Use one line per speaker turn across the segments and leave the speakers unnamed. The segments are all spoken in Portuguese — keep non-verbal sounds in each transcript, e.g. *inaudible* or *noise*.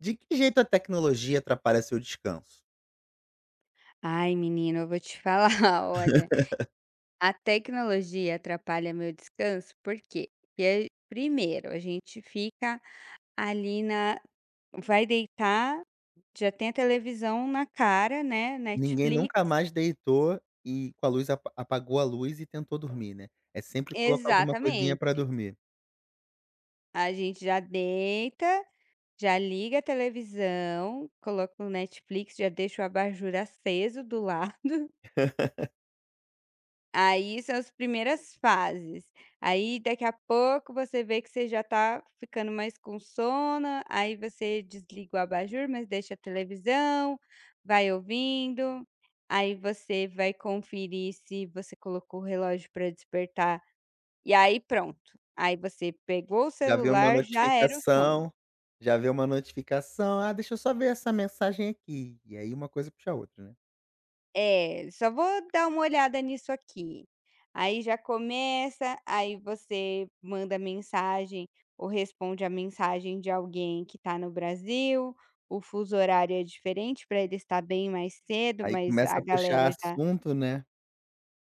De que jeito a tecnologia atrapalha seu descanso?
Ai, menina, eu vou te falar, *laughs* olha, a tecnologia atrapalha meu descanso, por quê? Porque, primeiro, a gente fica ali na vai deitar, já tem a televisão na cara, né,
Ninguém nunca
Netflix.
mais deitou e com a luz apagou a luz e tentou dormir, né, é sempre colocar alguma coisinha pra
Exatamente.
dormir.
A gente já deita, já liga a televisão, coloca o Netflix, já deixa o abajur aceso do lado. Aí são as primeiras fases. Aí daqui a pouco você vê que você já tá ficando mais com sono, aí você desliga o abajur, mas deixa a televisão, vai ouvindo, aí você vai conferir se você colocou o relógio para despertar, e aí pronto, aí você pegou o
Já vê uma
celular, já era o sono.
notificação Já vê uma notificação: "Ah, deixa eu só ver essa mensagem aqui", e aí uma coisa puxa a outra, né.
É, só vou dar uma olhada nisso aqui. Aí já começa, aí você manda mensagem ou responde a mensagem de alguém que está no Brasil, o fuso horário é diferente para ele estar bem mais cedo,
Aí
mas
começa
a
a puxar
galera já
assunto, né,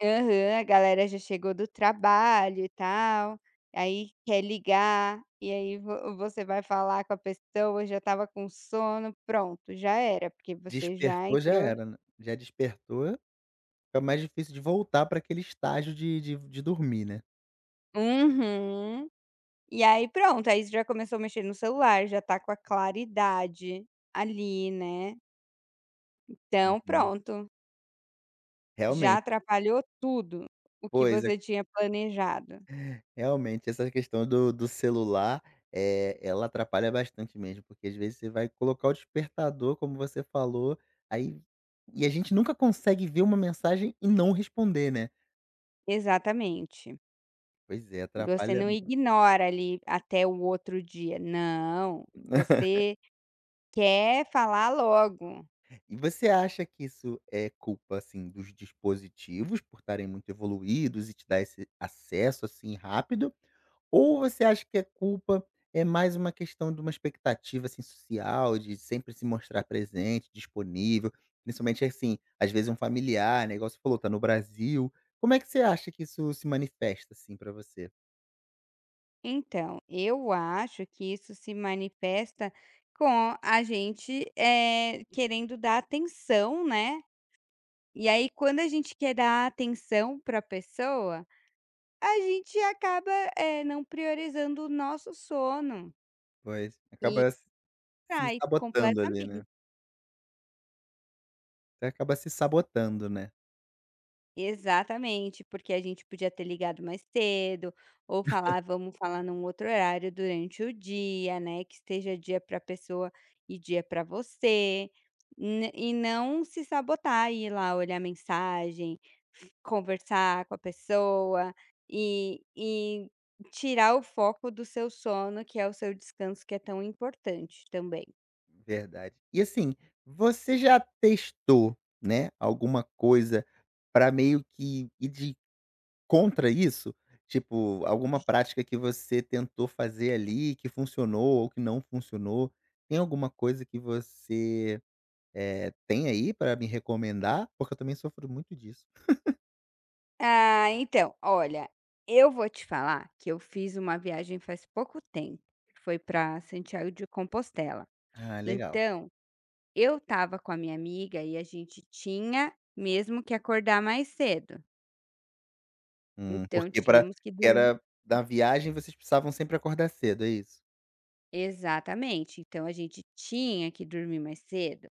aham, a galera já chegou do trabalho e tal, aí quer ligar, e aí vo você vai falar com a pessoa, já estava com sono, pronto, já era, porque você já
despertou já
entrou.
era, né, já despertou, fica mais difícil de voltar para aquele estágio de dormir, né.
Uhum. E aí pronto, aí já começou a mexer no celular, já tá com a claridade ali, né. Então
Uhum.
pronto, já
Realmente.
atrapalhou tudo o que
Pois é.
você tinha planejado.
Realmente, essa questão do celular, é ela atrapalha bastante mesmo, porque às vezes você vai colocar o despertador, como você falou, aí e a gente nunca consegue ver uma mensagem e não responder, né.
Exatamente.
Pois é,
Você
atrapalha
não
mu
ignora ali até o outro dia, não,
*laughs*
você quer falar logo.
E você acha que isso é culpa, assim, dos dispositivos por estarem muito evoluídos e te dar esse acesso, assim, rápido? Ou você acha que a culpa é mais uma questão de uma expectativa, assim, social, de sempre se mostrar presente, disponível, principalmente, assim, às vezes um familiar, negócio falou, tá no Brasil. Como é que você acha que isso se manifesta, assim, para você?
Então, eu acho que isso se manifesta com a gente, querendo dar atenção, né. E aí quando a gente quer dar atenção para a pessoa, a gente acaba, não priorizando o nosso sono
Pois,
e
acaba s se
sai
sabotando ali, né.
completamente.
Você acaba se sabotando, né.
Exatamente, porque a gente podia ter ligado mais cedo, ou falar: "Vamos falar num outro horário durante o dia", né, que esteja dia para a pessoa e dia para você, n e não se sabotar, ir lá olhar mensagem, f conversar com a pessoa e tirar o foco do seu sono, que é o seu descanso, que é tão importante também.
Verdade. E, assim, você já testou, né, alguma coisa para meio que ir de contra isso? Tipo, alguma prática que você tentou fazer ali, que funcionou ou que não funcionou. Tem alguma coisa que você, tem aí pra me recomendar? Porque eu também sofro muito disso.
Ah, então, olha, eu vou te falar que eu fiz uma viagem faz pouco tempo, que foi para Santiago de Compostela.
Ah, legal.
Então, eu estava com a minha amiga e a gente tinha mesmo que acordar mais cedo. Então,
Porque para
tínhamos que dormir.
era da viagem vocês precisavam sempre acordar cedo, é isso?
Exatamente. Então, a gente tinha que dormir mais cedo.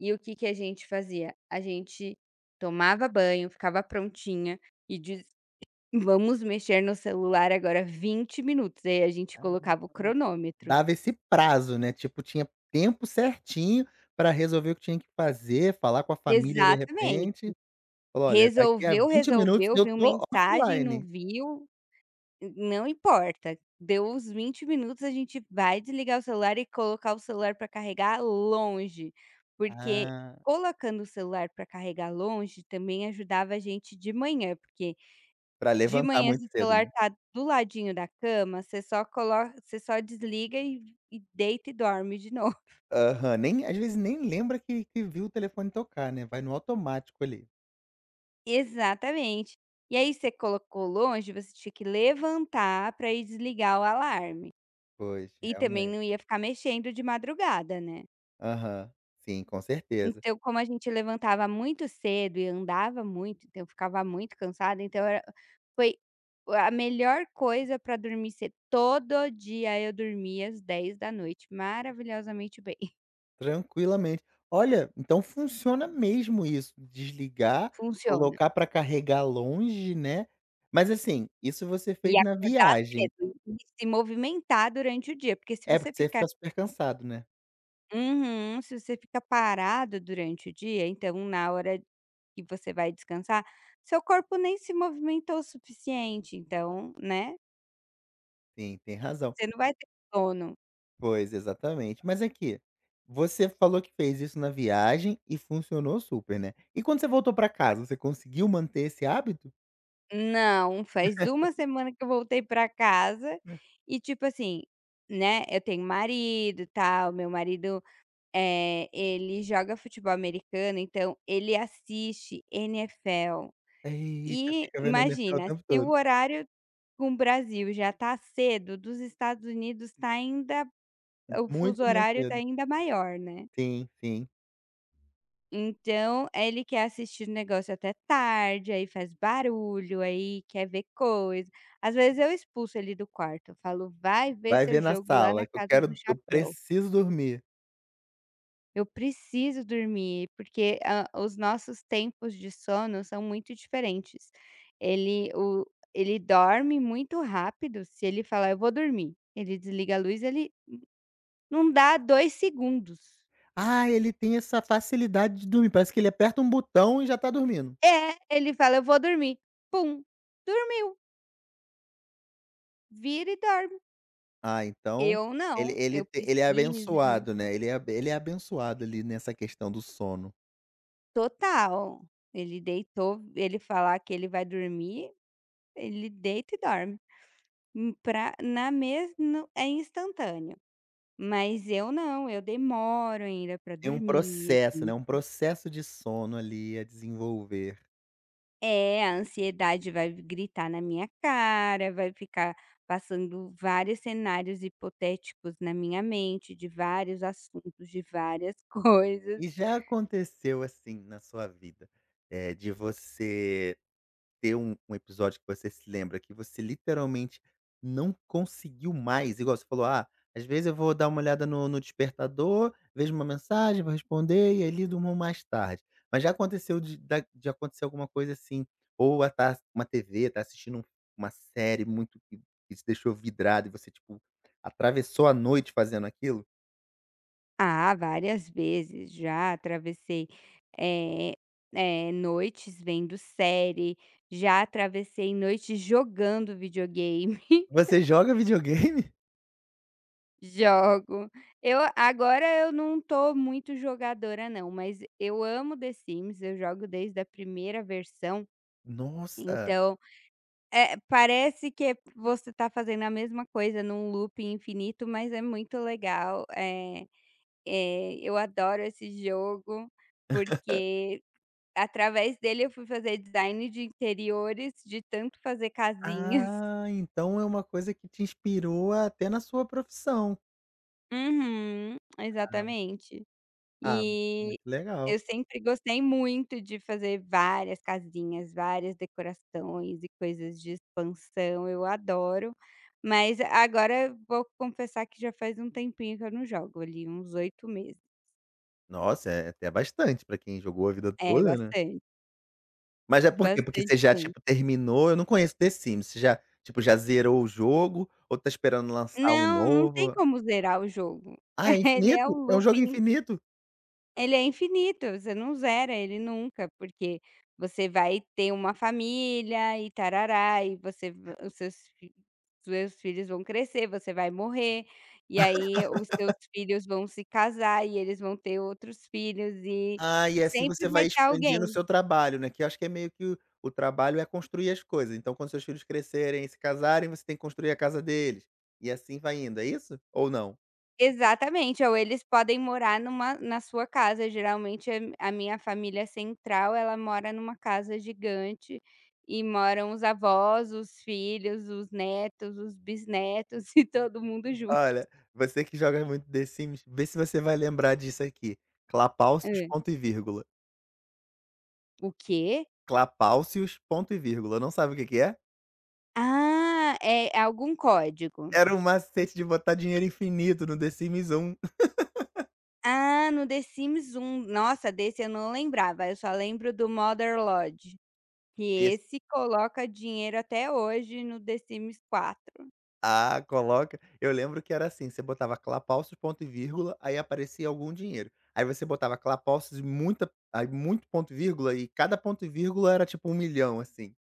E o que que a gente fazia? A gente tomava banho, ficava prontinha e: "Vamos mexer no celular agora 20 minutos", aí a gente
Ah,
colocava o cronômetro.
dava esse prazo, né, tipo, tinha tempo certinho pra resolver o que tinha que fazer, falar com a família de
Exatamente.
repente, falou: "Olha, daqui a
Resolveu,
20 minutos
resolveu,
eu
viu
tô
mensagem, não
offline".
viu, não importa. Deu os 20 minutos, a gente vai desligar o celular e colocar o celular para carregar longe, porque
Ah,
colocando o celular para carregar longe também ajudava a gente de manhã, porque
pra
de
levantar
manhã se
muito
o
cedo,
celular
né.
tá do ladinho da cama, você só desliga e deita e dorme de novo.
Aham, nem às vezes nem lembra que viu o telefone tocar, né, vai no automático ali.
Exatamente. E aí você colocou longe, você tinha que levantar para ir desligar o alarme.
Pois,
E também
realmente.
não ia ficar mexendo de madrugada, né.
Aham. Sim, com certeza.
Então, como a gente levantava muito cedo e andava muito, então eu ficava muito cansada, então era foi a melhor coisa para dormir cedo. Todo dia eu dormia às 10 da noite, maravilhosamente bem. *laughs*
Tranquilamente. Olha, então funciona mesmo isso, desligar,
Funciona.
colocar pra carregar longe, né. Mas assim, isso você
E
fez na
acordar
viagem.
cedo e se movimentar durante o dia, porque se
É,
você
porque você
ficar.
ia super cansado, né.
Uhum. Se você fica parado durante o dia, então na hora que você vai descansar, seu corpo nem se movimentou o suficiente, então, né,
Sim, tem razão.
você não vai ter sono.
Pois, exatamente. Mas aqui, você falou que fez isso na viagem e funcionou super, né. E quando você voltou pra casa, você conseguiu manter esse hábito?
Não, faz uma semana que eu voltei pra casa e tipo assim, né, eu tenho marido, e tal, meu marido, ele joga futebol americano, então ele assiste NFL.
Eita,
E
fica vendo NFL *laughs* o
imagina,
tempo
se o
todo.
horário com o Brasil já está cedo, dos Estados Unidos está ainda o fuso
Muito mais
horário está
cedo.
ainda maior, né.
Sim, sim.
Então, ele quer assistir o negócio até tarde, aí faz barulho, aí quer ver coisa. Às vezes eu expulso ele do quarto, eu falo: "Vai ver
Vai
seu
ver na
jogo lá na
sala que
casa do
eu
chapéu".
preciso dormir.
Eu preciso dormir, porque a os nossos tempos de sono são muito diferentes. Ele o Ele dorme muito rápido. Se ele falar: "Eu vou dormir", ele desliga a luz, ele não dá 2 segundos.
Ah, ele tem essa facilidade de dormir, parece que ele aperta um botão e já tá dormindo.
É, ele fala: "Eu vou dormir", pum, dormiu, vira e dorme.
Ah, então
Eu
ele
não,
ele
eu
te ele é
preciso de um
abençoado, né, ele é abençoado ali nessa questão do sono.
total. Ele deitou, ele falar que ele vai dormir, ele deita e dorme. Pra na mesmo é instantâneo. Mas eu não, eu demoro ainda para
Tem um
dormir,
processo,
assim.
né, um processo de sono ali a desenvolver.
É, a ansiedade vai gritar na minha cara, vai ficar passando vários cenários hipotéticos na minha mente, de vários assuntos, de várias *laughs* coisas.
E já aconteceu assim na sua vida, de você ter um episódio que você se lembra que você literalmente não conseguiu mais, igual você falou: "Ah, às vezes eu vou dar uma olhada no despertador, vejo uma mensagem, vou responder e ali durmo mais tarde". Mas já aconteceu de acontecer alguma coisa assim, ou a tá uma TV, tá assistindo uma série muito que te deixou vidrado e você, tipo, atravessou a noite fazendo aquilo?
Ah, várias vezes já atravessei, eh noites vendo série, já atravessei noites jogando videogame.
Você joga videogame?
Jogo. Eu não tô muito jogadora, não, mas eu amo The Sims, eu jogo desde a primeira versão,
Nossa!
então, parece que você tá fazendo a mesma coisa num loop infinito, mas é muito legal, eu adoro esse jogo, porque através dele eu fui fazer design de interiores, de tanto fazer casinhas. *laughs*
Ah, então é uma coisa que te inspirou até na sua profissão.
Uhum, exatamente.
Ah,
E
muito legal.
Eu sempre gostei muito de fazer várias casinhas, várias decorações e coisas de expansão, eu adoro. Mas agora eu vou confessar que já faz um tempinho que eu não jogo, ali uns 8 meses.
Nossa, é até bastante pra quem jogou a vida
É,
toda, né.
bastante,
Mas é por quê? Porque
bastante
você já,
tempo.
tipo, terminou eu não conheço The Sims, você já, tipo, já zerou o jogo ou tá esperando lançar um
Não, não tem
novo?
como zerar o jogo.
Ah, é
*laughs* Ele é um
infinito? É um jogo
looping
infinito?
Ele é infinito, você não zera ele nunca, porque você vai ter uma família e tarará, e você va os seus fi seus filhos vão crescer, você vai morrer, e aí os seus filhos vão se casar e eles vão ter outros filhos e
Ah, e assim
sempre
você
vai
vai
ter
expandindo o
alguém.
seu trabalho, né, que eu acho que é meio que o trabalho é construir as coisas, então quando seus filhos crescerem e se casarem, você tem que construir a casa deles, e assim vai indo, é isso? Ou não?
Exatamente, ou eles podem morar numa na sua casa. Geralmente a minha família central, ela mora numa casa gigante, e moram os avós, os filhos, os netos, os bisnetos *laughs* e todo mundo junto.
Olha, você que joga muito The Sims, vê se você vai lembrar disso aqui. Clapaucios,
Hã.
ponto e vírgula.
O quê?
Clapaucios, ponto e vírgula. Não sabe o que que é?
Ah, é algum código.
Era um macete de botar dinheiro infinito no The Sims 1. *laughs*
Ah, no The Sims um, nossa, desse eu não lembrava, eu só lembro do Mother Lodge, que
Esse
esse coloca dinheiro até hoje no The Sims 4.
coloca, eu lembro que era assim, você botava Clapaucios, ponto e vírgula, aí aparecia algum dinheiro. Aí você botava Clapaucios e muita aí muito ponto e vírgula, e cada ponto e vírgula era tipo 1 milhão assim.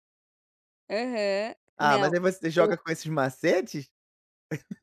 Aham.
Ah, mas
Não,
aí você joga com esses macetes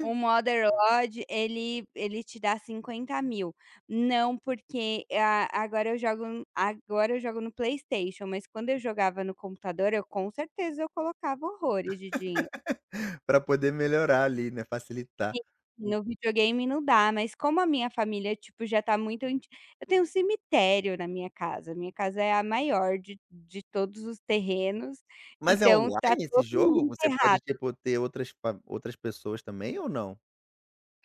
o Mother Lode, ele te dá 50.000. Não, porque a agora eu jogo no-, agora eu jogo no PlayStation, mas quando eu jogava no computador, eu com certeza eu colocava horrores de dinheiro.
*laughs* pra poder melhorar ali, né, facilitar.
Sim, no videogame não dá, mas como a minha família, tipo, já tá muito anti eu tenho um cemitério na minha casa é a maior de todos os terrenos,
Mas é
então tá
online esse
todo mundo
jogo? Você pode,
enterrado.
tipo, ter outras pa outras pessoas também ou não?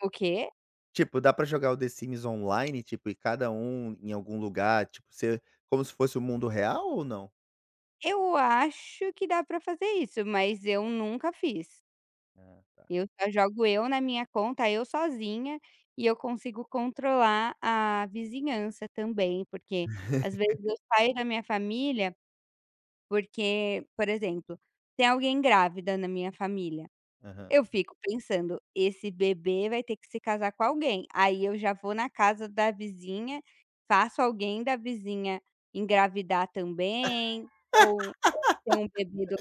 O quê?
Tipo, dá pra jogar o The Sims online, tipo, e cada um em algum lugar, tipo, ser como se fosse o mundo real ou não?
Eu acho que dá pra fazer isso, mas eu nunca fiz.
Ah, tá.
Eu só jogo eu na minha conta, eu sozinha, e eu consigo controlar a vizinhança também, porque às vezes eu saio da minha família, porque, por exemplo, tem alguém grávida na minha família.
Aham.
Eu fico pensando, esse bebê vai ter que se casar com alguém. Aí eu já vou na casa da vizinha, faço alguém da vizinha engravidar também, ou ter um bebê do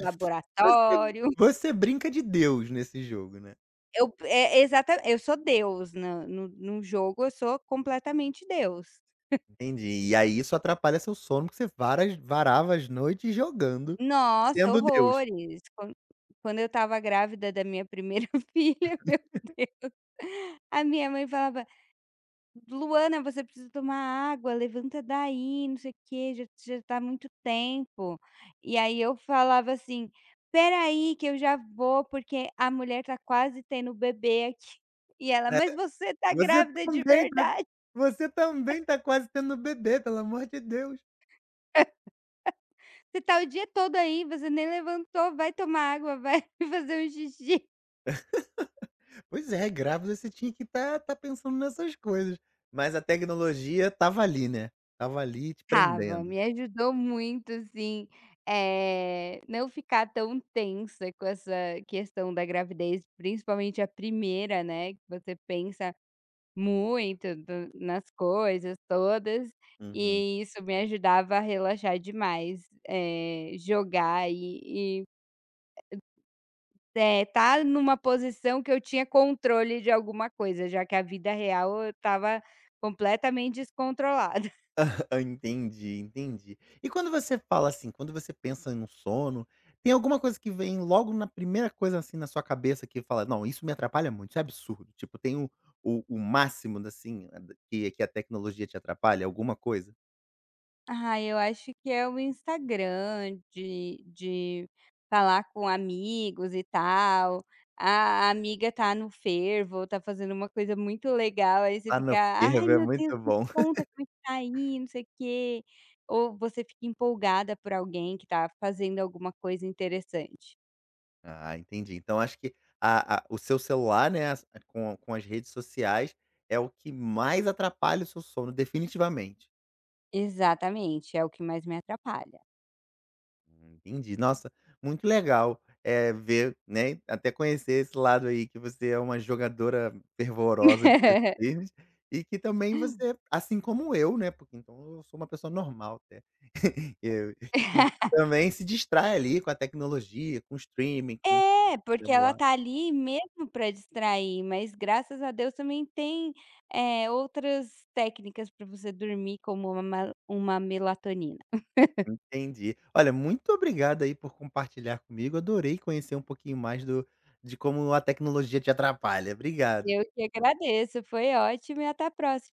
Você
laboratório.
você brinca de Deus nesse jogo, né.
Eu é exata eu sou Deus na no no jogo, eu sou completamente Deus.
Entendi. E aí isso atrapalha seu sono, porque você varas varava as noites jogando,
Nossa,
sendo Deus,
horrores. Quando eu estava grávida da minha primeira *laughs* filha, meu Deus, a minha mãe falava: "Luana, você precisa tomar água, levanta daí, não sei o quê, já está muito tempo". E aí eu falava assim: "Espera aí que eu já vou, porque a mulher tá quase tendo bebê aqui". E ela:
né.
"Mas você tá
Você
grávida de
também tá
verdade".
Você também tá quase tendo um bebê, pelo amor de Deus.
Você tá o dia todo aí, você nem levantou, vai tomar água, vai *laughs* fazer um xixi.
Pois é, grávida você tinha que estar pensando nessas coisas, mas a tecnologia estava ali, né, estava ali te
Tava,
prendendo.
me ajudou muito, assim, não ficar tão tensa com essa questão da gravidez, principalmente a primeira, né, que você pensa muito do nas coisas todas,
Uhum.
e isso me ajudava a relaxar demais, jogar e É, tá numa posição que eu tinha controle de alguma coisa, já que a vida real eu estava completamente descontrolada. *laughs*
*laughs* Entendi, entendi. E quando você fala assim, quando você pensa no sono, tem alguma coisa que vem logo na primeira coisa, assim, na sua cabeça que fala: "Não, isso me atrapalha muito, isso é absurdo", tipo, tem o máximo, assim, que a tecnologia te atrapalha, alguma coisa?
Ah, eu acho que é o Instagram, de falar com amigos e tal. A amiga tá no fervo, tá fazendo uma coisa muito legal, aí você
Ah,
fica:
no
"Ai,
fervo é
meu Deus,
muito
me
bom.
conta como é que tá aí, não sei o quê". Ou você fica empolgada por alguém que tá fazendo alguma coisa interessante.
Ah, entendi. Então acho que a o seu celular, né, as com as redes sociais, é o que mais atrapalha o seu sono, definitivamente.
Exatamente, é o que mais me atrapalha.
Entendi. Nossa, muito legal, é ver, né, até conhecer esse lado aí que você é uma jogadora fervorosa de tênis
*laughs*
firmes e que também você, assim como eu, né, porque então eu sou uma pessoa normal até, *laughs* eu e também se distrai ali com a tecnologia, com o streaming, com o
É, porque ela
celular.
tá ali *laughs* mesmo para distrair, mas graças a Deus também tem, outras técnicas para você dormir, como uma uma melatonina.
Entendi. Olha, muito obrigado aí por compartilhar comigo. Adorei conhecer um pouquinho mais do de como a tecnologia te atrapalha. Obrigado.
Eu que agradeço, foi ótimo e até a próxima.